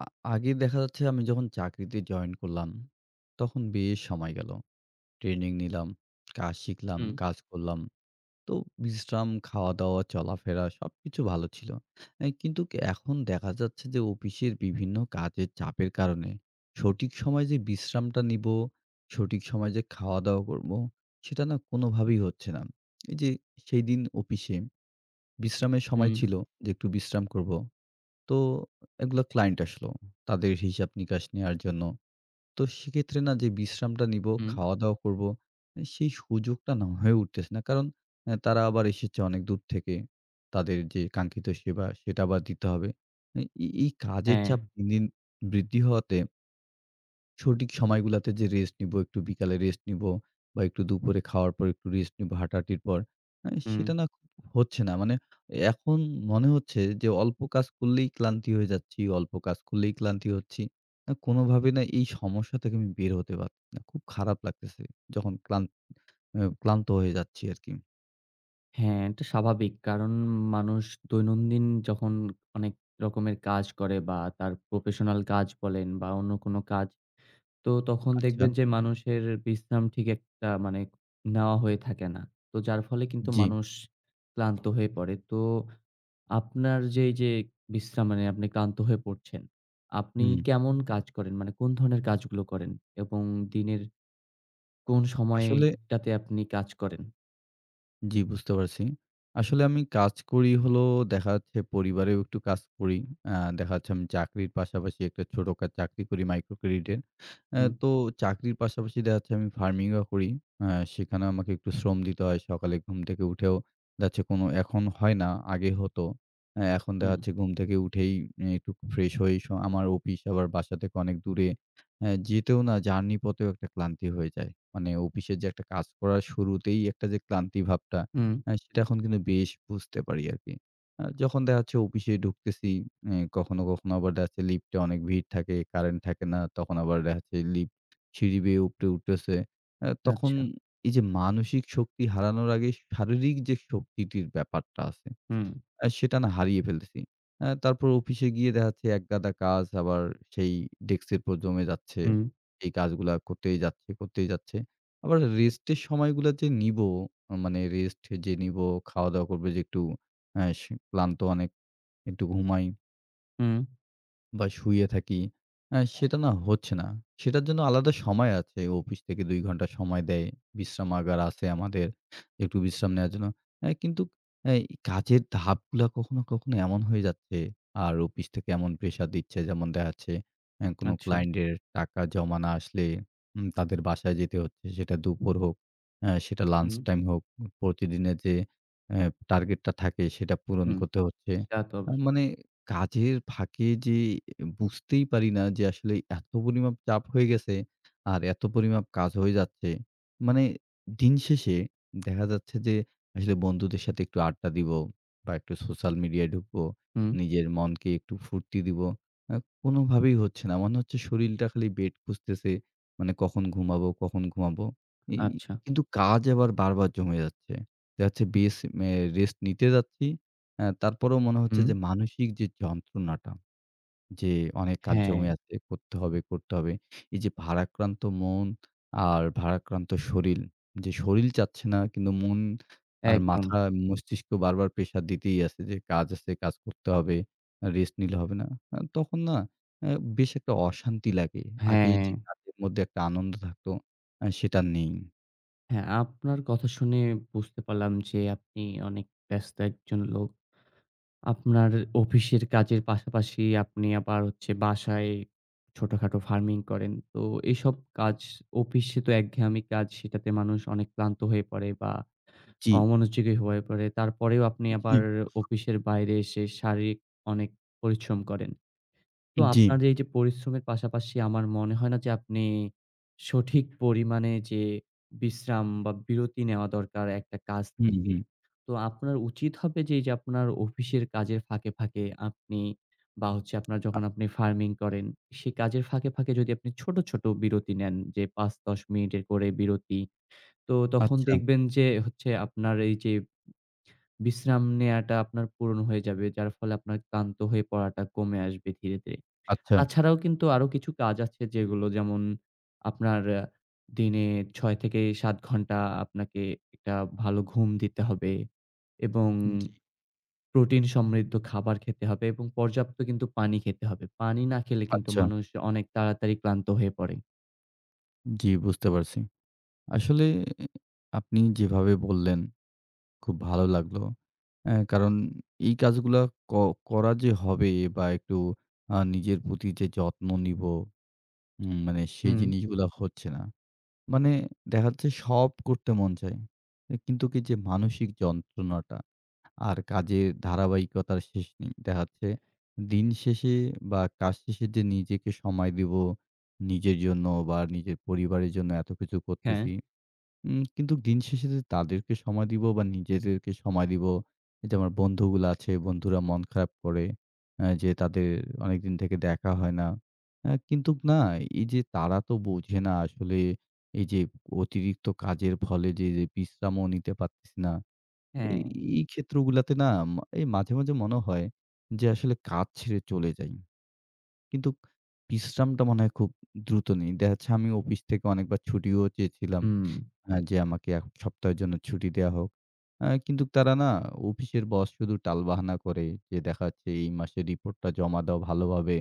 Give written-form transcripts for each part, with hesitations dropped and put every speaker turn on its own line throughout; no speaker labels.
আ আগে দেখা যাচ্ছে আমি যখন চাকরিতে জয়েন করলাম, তখন বেশ সময় গেল। ট্রেনিং নিলাম, কাজ শিখলাম,
হুম,
কাজ করলাম। তো বিশ্রাম, খাওয়া-দাওয়া, চলাফেরা সবকিছু ভালো ছিল। কিন্তু কি এখন দেখা যাচ্ছে যে অফিসের বিভিন্ন কাজের চাপের কারণে সঠিক সময় যে বিশ্রামটা নিব, সঠিক সময় যে খাওয়া-দাওয়া করব, সেটা না কোনোভাবেই হচ্ছে না। এই যে সেইদিন অফিসে বিশ্রামের
হুম,
সময় ছিল যে একটু বিশ্রাম করব। তো এগুলা ক্লায়েন্ট আসলো। তাদের হিসাব-নিকাশ নেয়ার জন্য। তো সেক্ষেত্রে না যে বিশ্রামটা নিবো,
হুম।
খাওয়া-দাওয়া করবো, সেই সুযোগটা না হয়ে উঠতেছে না। কারণ তারা আবার এসেছে অনেক দূর থেকে। তাদের যে কাঙ্ক্ষিত সেবা সেটা আবার দিতে হবে। এ এই কাজের
হ্যাঁ,
চাপ দিন, দিন বৃদ্ধি হওয়াতে সঠিক সময়গুলাতে যে রেস্ট নিবো, একটু বিকালে রেস্ট নিবো বা একটু দুপুরে খাওয়ার পর একটু রেস্ট নিবো হাঁটাহাঁটির পর।
হুম।
সেটা না খুব হচ্ছে না। মানে এখন মনে হচ্ছে যে অল্প কাজ করলেই ক্লান্তি হয়ে যাচ্ছি, অল্প কাজ করলেই ক্লান্তি হচ্ছি। না কোনোভাবে না এই সমস্যা থেকে আমি বের হতে পারতেছি না। খুব খারাপ লাগতেছে যখন ক্লান্ত হয়ে যাচ্ছি আরকি।
হ্যাঁ, এটা স্বাভাবিক। কারণ মানুষ দৈনন্দিন যখন অনেক রকমের কাজ করে বা তার প্রফেশনাল কাজ বলেন বা অন্য কোনো কাজ, তো তখন
আচ্ছা।
দেখবেন যে মানুষের বিশ্রাম ঠিক একটা মানে নেওয়া হয়ে থাকে না। তো যার ফলে কিন্তু
জি।
মানুষ ক্লান্ত হয়ে পড়ে। তো আপনার যে এই যে বিশ্রাম মানে আপনি ক্লান্ত হয়ে পড়ছেন, আপনি
হুম।
কেমন কাজ করেন? মানে কোন ধরনের কাজগুলো করেন এবং দিনের কোন
আসলে
সময়টাতে আপনি কাজ করেন?
জি, বুঝতে পারছি। আসলে আমি কাজ করি হলো দেখা যাচ্ছে পরিবারেও একটু কাজ করি। দেখা যাচ্ছে আমি চাকরির পাশাপাশি একটা ছোট চাকরি করি মাইক্রো ক্রেডিটের।
হুম,
তো চাকরির পাশাপাশি দেখা যাচ্ছে আমি ফার্মিংও করি। আ সেখানেও আমাকে একটু শ্রম দিতে হয়। সকালে ঘুম থেকে উঠেও দেখা যাচ্ছে কোনো এখন হয় না, আগে হতো। এখন দেখা
হুম,
যাচ্ছে ঘুম থেকে উঠেই একটু ফ্রেশ হয়েই আমার অফিস আবার বাসা থেকে অনেক দূরে। যেতেও না জার্নি পথেও একটা ক্লান্তি হয়ে যায়। মানে অফিসের যে একটা কাজ করার শুরুতেই একটা যে ক্লান্তি ভাবটা,
হুম,
সেটা এখন কিন্তু বেশ বুঝতে পারি আরকি। যখন দেখা যাচ্ছে অফিসে ঢুকতেছি, কখনো, কখনো আবার দেখা যাচ্ছে লিফটে অনেক ভিড় থাকে, কারেন্ট থাকে না। তখন আবার দেখা যাচ্ছে লিফট সিঁড়ি বেয়ে উপরে উঠতেছে। তখন
আচ্ছা।
এই যে মানসিক শক্তি হারানোর আগে শারীরিক যে শক্তিটির ব্যাপারটা আছে,
হুম,
সেটা না হারিয়ে ফেলতেছি। তারপর অফিসে গিয়ে দেখা যাচ্ছে একগাদা কাজ আবার সেই ডেস্কের উপর জমে যাচ্ছে।
হুম,
এই কাজগুলা করতেই যাচ্ছে, করতেই যাচ্ছে। আবার রেস্টের সময়গুলা যে নিবো, মানে রেস্ট যে নিবো, খাওয়া-দাওয়া করবো যে একটু সে ক্লান্ত অনেক, একটু ঘুমাই।
হুম,
বা শুয়ে থাকি। সেটা না হচ্ছে না। সেটার জন্য আলাদা সময় আছে। অফিস থেকে ২ ঘন্টা সময় দেয়। বিশ্রামাগার আছে আমাদের একটু বিশ্রাম নেওয়ার জন্য। কিন্তু এ কাজের ধাপগুলা কখনো, কখনো এমন হয়ে যাচ্ছে আর অফিস থেকে এমন প্রেশার দিচ্ছে যেমন দেখা যাচ্ছে কোনো
আচ্ছা।
ক্লায়েন্টের টাকা জমা না আসলে তাদের বাসায় যেতে হচ্ছে। সেটা দুপুর হোক, সেটা লাঞ্চ
হুম,
টাইম হোক। প্রতিদিনের যে এ টার্গেটটা থাকে সেটা পূরণ
হুম,
করতে হচ্ছে।
তা তো অবশ্যই।
মানে কাজের ফাঁকে যে বুঝতেই পারি না যে আসলে এত পরিমাপ চাপ হয়ে গেছে আর এত পরিমাপ কাজ হয়ে যাচ্ছে। মানে দিন শেষে দেখা যাচ্ছে যে আসলে বন্ধুদের সাথে একটু আড্ডা দিব বা একটু সোশ্যাল মিডিয়ায় ঢুকবো।
হুম,
নিজের মনকে একটু ফুর্তি দিব। আ কোনোভাবেই হচ্ছে না। মনে হচ্ছে শরীরটা খালি বেড খুঁজতেছে। মানে কখন ঘুমাবো, কখন ঘুমাবো? এই
আচ্ছা।
কিন্তু কাজ আবার বারবার জমে যাচ্ছে। দেখা যাচ্ছে বেশ রেস্ট নিতে যাচ্ছি। হ্যাঁ, তারপরেও মনে হচ্ছে
হুম,
যে মানসিক যে যন্ত্রণাটা, যে অনেক কাজ
হ্যাঁ,
জমে আছে, করতে হবে, করতে হবে। এই যে ভারাক্রান্ত মন আর ভারাক্রান্ত শরীর, যে শরীর চাচ্ছে না কিন্তু মন আর
একদম।
মাথা, মস্তিষ্ক বারবার প্রেশার দিতেই আছে যে কাজ আছে, কাজ করতে হবে, রেস্ট নিলে হবে না। তখন না আ বেশ একটা অশান্তি লাগে। আগে
হ্যাঁ,
যে কাজের মধ্যে একটা আনন্দ থাকতো, সেটা নেই।
হ্যাঁ, আপনার কথা শুনে বুঝতে পারলাম যে আপনি অনেক ব্যস্ত একজন লোক। আপনার অফিসের কাজের পাশাপাশি আপনি আবার হচ্ছে বাসায় ছোটখাটো ফার্মিং করেন। তো এইসব কাজ অফিসে তো একঘেয়েমি কাজ সেটাতে মানুষ অনেক ক্লান্ত হয়ে পড়ে বা
জি,
অমনোযোগী হয়ে পড়ে। তারপরেও আপনি
জি,
আবার অফিসের বাইরে এসে শারীরিক অনেক পরিশ্রম করেন। তো
জি।
আপনার এই যে পরিশ্রমের পাশাপাশি আমার মনে হয় না যে আপনি সঠিক পরিমাণে যে বিশ্রাম বা বিরতি নেওয়া দরকার একটা কাজ
হুম,
থেকে।
হুম।
তো আপনার উচিত হবে যে এই যে আপনার অফিসের কাজের ফাঁকে, ফাঁকে আপনি বা হচ্ছে আপনার
আ
যখন আপনি ফার্মিং করেন, সেই কাজের ফাঁকে, ফাঁকে যদি আপনি ছোট, ছোট বিরতি নেন যে ৫-১০ মিনিটের করে বিরতি। তো তখন
আচ্ছা,
দেখবেন যে হচ্ছে আপনার এই যে বিশ্রাম নেয়াটা আপনার পূরণ হয়ে যাবে। যার ফলে আপনার ক্লান্ত হয়ে পড়াটা কমে আসবে ধীরে, ধীরে।
আচ্ছা।
তাছাড়াও কিন্তু আরো কিছু কাজ আছে যেগুলো যেমন আপনার দিনে ৬ থেকে ৭ ঘন্টা আপনাকে একটা ভালো ঘুম দিতে হবে এবং
জি,
প্রোটিন সমৃদ্ধ খাবার খেতে হবে এবং পর্যাপ্ত কিন্তু পানি খেতে হবে। পানি না খেলে কিন্তু
আচ্ছা।
মানুষ অনেক তাড়াতাড়ি ক্লান্ত হয়ে পড়ে।
জি, বুঝতে পারছি। আসলে আপনি যেভাবে বললেন খুব ভালো লাগলো। কারণ এই কাজগুলা ক করা যে হবে বা একটু নিজের প্রতি যে যত্ন নিবো মানে সেই
হুম,
জিনিসগুলা হচ্ছে না। মানে দেখা যাচ্ছে সব করতে মন চায়। কিন্তু কি যে মানসিক যন্ত্রণাটা আর কাজের ধারাবাহিকতার শেষ নেই। দেখা যাচ্ছে দিন শেষে বা কাজ শেষে যে নিজেকে সময় দিব, নিজের জন্য বা নিজের পরিবারের জন্য এত কিছু
হ্যাঁ,
করতেছি। কিন্তু দিন শেষে যে তাদেরকে সময় দিব বা নিজেদেরকে সময় দিব, এই যে আমার বন্ধুগুলো আছে, বন্ধুরা মন খারাপ করে। যে তাদের অনেকদিন থেকে দেখা হয় না। কিন্তু না, এই যে তারা তো বোঝে না আসলে এই যে অতিরিক্ত কাজের ফলে যে বিশ্রামও নিতে পারতেছি না। এই,
হ্যাঁ,
এই ক্ষেত্রগুলাতে না, এই মাঝে, মাঝে মনে হয় যে আসলে কাজ ছেড়ে চলে যাই। কিন্তু বিশ্রামটা মনে হয় খুব দ্রুত নেই। দেখা যাচ্ছে আমি অফিস থেকে অনেকবার ছুটিও চেয়েছিলাম।
হুম,
যে আমাকে ১ সপ্তাহের জন্য ছুটি দেয়া হোক। কিন্তু তারা না অফিসের বস শুধু টালবাহানা করে যে দেখা যাচ্ছে এই মাসের রিপোর্টটা জমা দাও ভালোভাবে।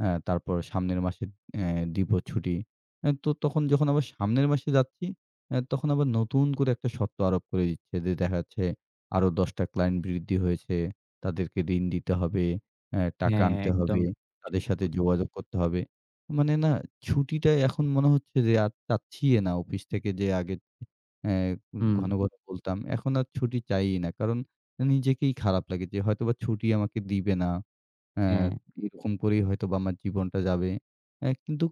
হ্যাঁ, তারপর সামনের মাসে অ্যা দিব ছুটি। তো তখন যখন আবার সামনের মাসে যাচ্ছি, তখন আবার নতুন করে একটা শর্ত আরোপ করে দিচ্ছে যে দেখা যাচ্ছে আরো ১০ টা ক্লায়েন্ট বৃদ্ধি হয়েছে। তাদেরকে ঋণ দিতে হবে, টাকা
হ্যাঁ,
আনতে
একদম
হবে,
ঠিক
তাদের সাথে
বল
যোগাযোগ করতে হবে। মানে না ছুটিটা এখন মনে হচ্ছে যে আর চাচ্ছি না অফিস থেকে যে আগে অ্যা
হুম,
ঘন, ঘন বলতাম। এখন আর ছুটি চাইই না। কারণ নিজেকেই খারাপ লাগে যে হয়তোবা ছুটি আমাকে দিবে না। হ্যাঁ,
হ্যাঁ,
এরকম করেই হয়তোবা আমার জীবনটা যাবে। কিন্তু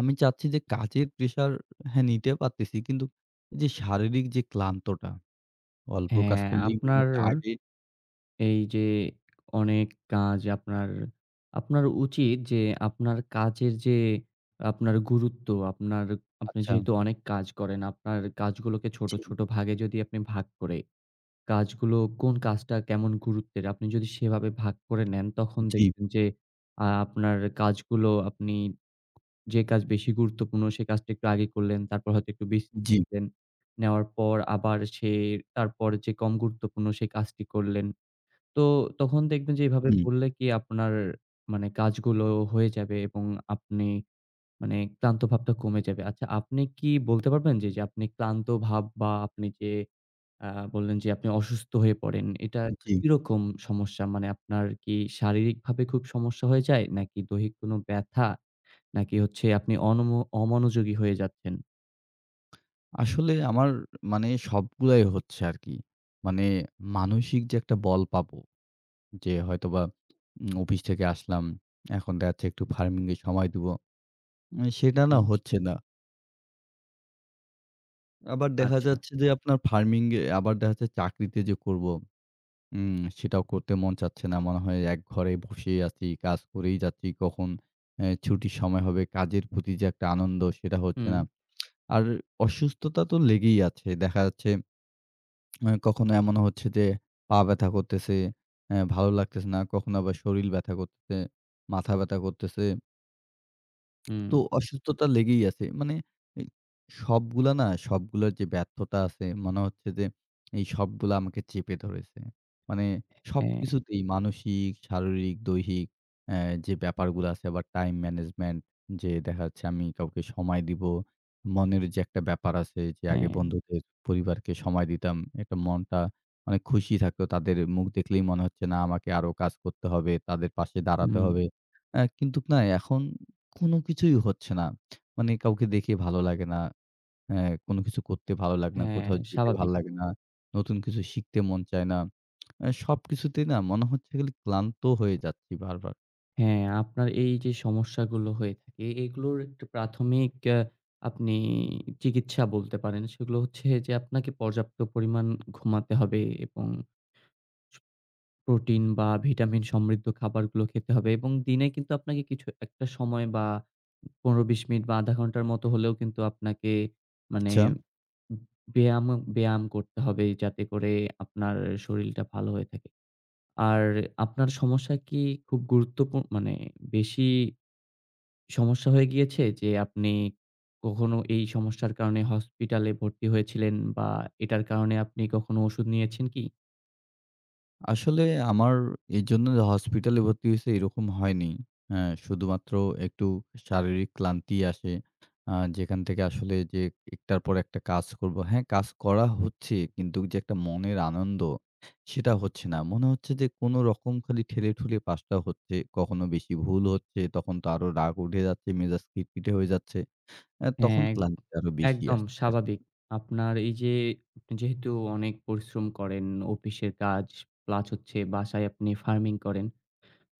আমি চাচ্ছি যে কাজের প্রেশার, হ্যাঁ, নিতে পারতেছি। কিন্তু এই যে শারীরিক যে ক্লান্তটা, অল্প কাজ
হ্যাঁ,
করলেই মনে
আপনার
হচ্ছে আগে।
এই যে অনেক কাজ আপনার, আপনার উচিত যে আপনার কাজের যে আপনার গুরুত্ব, আপনার আপনি
আচ্ছা,
যেহেতু অনেক কাজ করেন, আপনার কাজগুলোকে ছোট,
জি,
ছোট ভাগে যদি আপনি ভাগ করে কাজগুলো কোন কাজটা কেমন গুরুত্বের আপনি যদি সেভাবে ভাগ করে নেন, তখন
জি,
দেখবেন যে আপনার কাজগুলো আপনি যে কাজ বেশি গুরুত্বপূর্ণ সে কাজটা একটু আগে করলেন, তারপর হয়তো একটু বিশ্রাম
জি,
নিলেন। নেওয়ার পর আবার সে তারপর যে কম গুরুত্বপূর্ণ সে কাজটি করলেন। তো তখন দেখবেন যে এভাবে
হুম,
করলে কি আপনার মানে কাজগুলো হয়ে যাবে এবং আপনি মানে ক্লান্ত ভাবটা কমে যাবে। আচ্ছা আপনি কি বলতে পারবেন যে, যে আপনি ক্লান্ত ভাব বা আপনি যে আ বললেন যে আপনি অসুস্থ হয়ে পড়েন, এটা
জি।
কিরকম সমস্যা? মানে আপনার কি শারীরিকভাবে খুব সমস্যা হয়ে যায়? নাকি দৈহিক কোনো ব্যথা? নাকি হচ্ছে আপনি অমনোযোগী হয়ে যাচ্ছেন?
আসলে আমার মানে সবগুলাই হচ্ছে আরকি। মানে মানসিক যে একটা বল পাবো যে হয়তোবা অফিস থেকে আসলাম। এখন দেখা যাচ্ছে একটু ফার্মিং এ সময় দিবো। সেটা না
হুম,
হচ্ছে না। আবার দেখা
আচ্ছা।
যাচ্ছে যে আপনার ফার্মিং এ আবার দেখা যাচ্ছে চাকরিতে যে করব, সেটাও করতে মন চাচ্ছে না। মনে হয় একঘরে বসেই আছি, কাজ করেই যাচ্ছি। কখন ছুটির সময় হবে, কাজের প্রতি যে একটা আনন্দ সেটা হচ্ছে
হুম,
না। আর অসুস্থতা তো লেগেই আছে। দেখা যাচ্ছে কখনো এমন হচ্ছে যে পা ব্যথা করতেছে, ভালো লাগতেছে না। কখনো আবার শরীর ব্যথা করতেছে, মাথা ব্যথা করতেছে।
হুম।
তো অসুস্থতা লেগেই আছে। মানে এই সবগুলা না সবগুলার যে ব্যর্থতা আছে মনে হচ্ছে যে এই সবগুলা আমাকে চেপে ধরেছে। মানে
হ্যাঁ,
সবকিছুতেই মানসিক, শারীরিক, দৈহিক অ্যা যে ব্যাপারগুলো আছে আবার টাইম ম্যানেজমেন্ট যে দেখা যাচ্ছে আমি কাউকে সময় দিব। মনের যে একটা ব্যাপার আছে যে আগে
হ্যাঁ,
বন্ধুদের, পরিবারকে সময় দিতাম। একটা মনটা অনেক খুশি থাকতো। তাদের মুখ দেখলেই মনে হচ্ছে না আমাকে আরো কাজ করতে হবে, তাদের পাশে দাঁড়াতে
হুম,
হবে। কিন্তু না এখন কোনো কিছুই হচ্ছে না। মানে কাউকে দেখে ভালো লাগে না। অ্যা কোনো কিছু করতে ভালো লাগে না,
হ্যাঁ,
কোথাও যেতে ভালো
স্বাভাবিক।
লাগে না, নতুন কিছু শিখতে মন চায় না। সবকিছুতেই না মনে হচ্ছে খালি ক্লান্ত হয়ে যাচ্ছি বারবার।
হ্যাঁ, আপনার এই যে সমস্যাগুলো হয়ে থাকে এগুলোর একটা প্রাথমিক আপনি চিকিৎসা বলতে পারেন। সেগুলো হচ্ছে যে আপনাকে পর্যাপ্ত পরিমাণ ঘুমাতে হবে এবং স প্রোটিন বা ভিটামিন সমৃদ্ধ খাবারগুলো খেতে হবে এবং দিনে কিন্তু আপনাকে কিছু একটা সময় বা ১৫-২০ মিনিট বা ০.৫ ঘন্টার মতো হলেও কিন্তু আপনাকে মানে
আচ্ছা।
ব্যায়াম ব্যায়াম করতে হবে যাতে করে আপনার শরীলটা ভালো হয়ে থাকে। আর আপনার সমস্যা কি খুব গুরুত্বপূর্ণ মানে বেশি সমস্যা হয়ে গিয়েছে যে আপনি কখনো এই সমস্যার কারণে হসপিটালে ভর্তি হয়েছিলেন বা এটার কারণে আপনি কখনো ওষুধ নিয়েছেন কি?
আসলে আমার এজন্য যে হসপিটালে ভর্তি হইছে এরকম হয়নি। হ্যাঁ, শুধুমাত্র একটু শারীরিক ক্লান্তি আসে। যেখান থেকে আসলে যে একটার পর একটা কাজ করব। হ্যাঁ, কাজ করা হচ্ছে কিন্তু যে একটা মনের আনন্দ সেটা হচ্ছে না। মনে হচ্ছে যে কোনরকম খালি ঠেলে-ঠুলে পাসটা হচ্ছে। কখনো বেশি ভুল হচ্ছে, তখন তো আরো রাগ উঠে যাচ্ছে, মেজাজ খিটখিটে হয়ে যাচ্ছে। তখন
হ্যাঁ,
ক্লান্তিটা আরো বেশি
একদম
আসতেছে আরকি।
স্বাভাবিক। আপনার এই যে আপনি যেহেতু অনেক পরিশ্রম করেন, অফিসের কাজ প্লাস হচ্ছে বাসায় আপনি ফার্মিং করেন।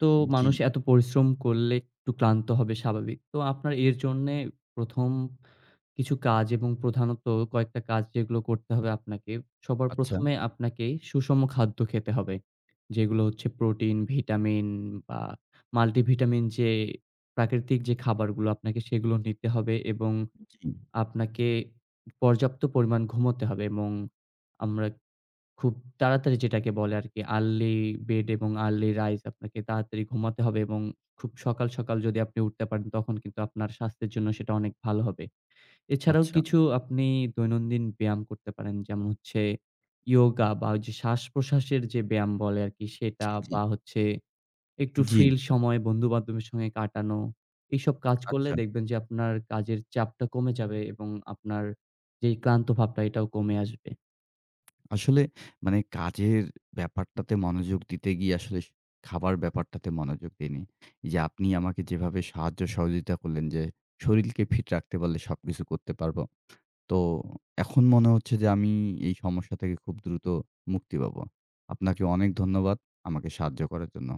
তো
জি,
মানুষ এত পরিশ্রম করলে একটু ক্লান্ত হবে স্বাভাবিক। তো আপনার এর জন্যে ১ম কিছু কাজ এবং প্রধানত কয়েকটা কাজ যেগুলো করতে হবে আপনাকে। সবার হুম।
আচ্ছা,
১ম এ আপনাকে সুষম খাদ্য খেতে হবে। যেগুলো হচ্ছে প্রোটিন, ভিটামিন বা মাল্টিভিটামিন যে প্রাকৃতিক যে খাবারগুলো আপনাকে সেগুলো নিতে হবে এবং
জি,
আপনাকে পর্যাপ্ত পরিমাণ ঘুমোতে হবে এবং আমরা খুব তাড়াতাড়ি যেটাকে বলে আরকি আর্লি বেড এবং আর্লি রাইজ আপনাকে তাড়াতাড়ি ঘুমাতে হবে এবং খুব সকাল, সকাল যদি আপনি উঠতে পারেন তখন কিন্তু আপনার স্বাস্থ্যের জন্য সেটা অনেক ভালো হবে। এছাড়াও
আচ্ছা,
কিছু আপনি দৈনন্দিন ব্যায়াম করতে পারেন। যেমন হচ্ছে ইয়োগা বা ওই যে শ্বাস-প্রশ্বাসের যে ব্যায়াম বলে আরকি সেটা
জি, জি,
বা হচ্ছে একটু
জি,
ফ্রি সময় বন্ধু-বান্ধবের সঙ্গে কাটানো। এইসব কাজ করলে
আচ্ছা।
দেখবেন যে আপনার কাজের চাপটা কমে যাবে এবং আপনার যেই ক্লান্ত ভাবটা এটাও কমে আসবে।
আসলে মানে কাজের ব্যাপারটাতে মনোযোগ দিতে গিয়ে আসলে খাবার ব্যাপারটাতে মনোযোগ দিইনি। এই যে আপনি আমাকে যেভাবে সাহায্য সহযোগিতা করলেন যে, শরীলকে ফিট রাখতে পারলে সবকিছু করতে পারবো। তো এখন মনে হচ্ছে যে আমি এই সমস্যা থেকে খুব দ্রুত মুক্তি পাবো। আপনাকে অনেক ধন্যবাদ আমাকে সাহায্য করার জন্য।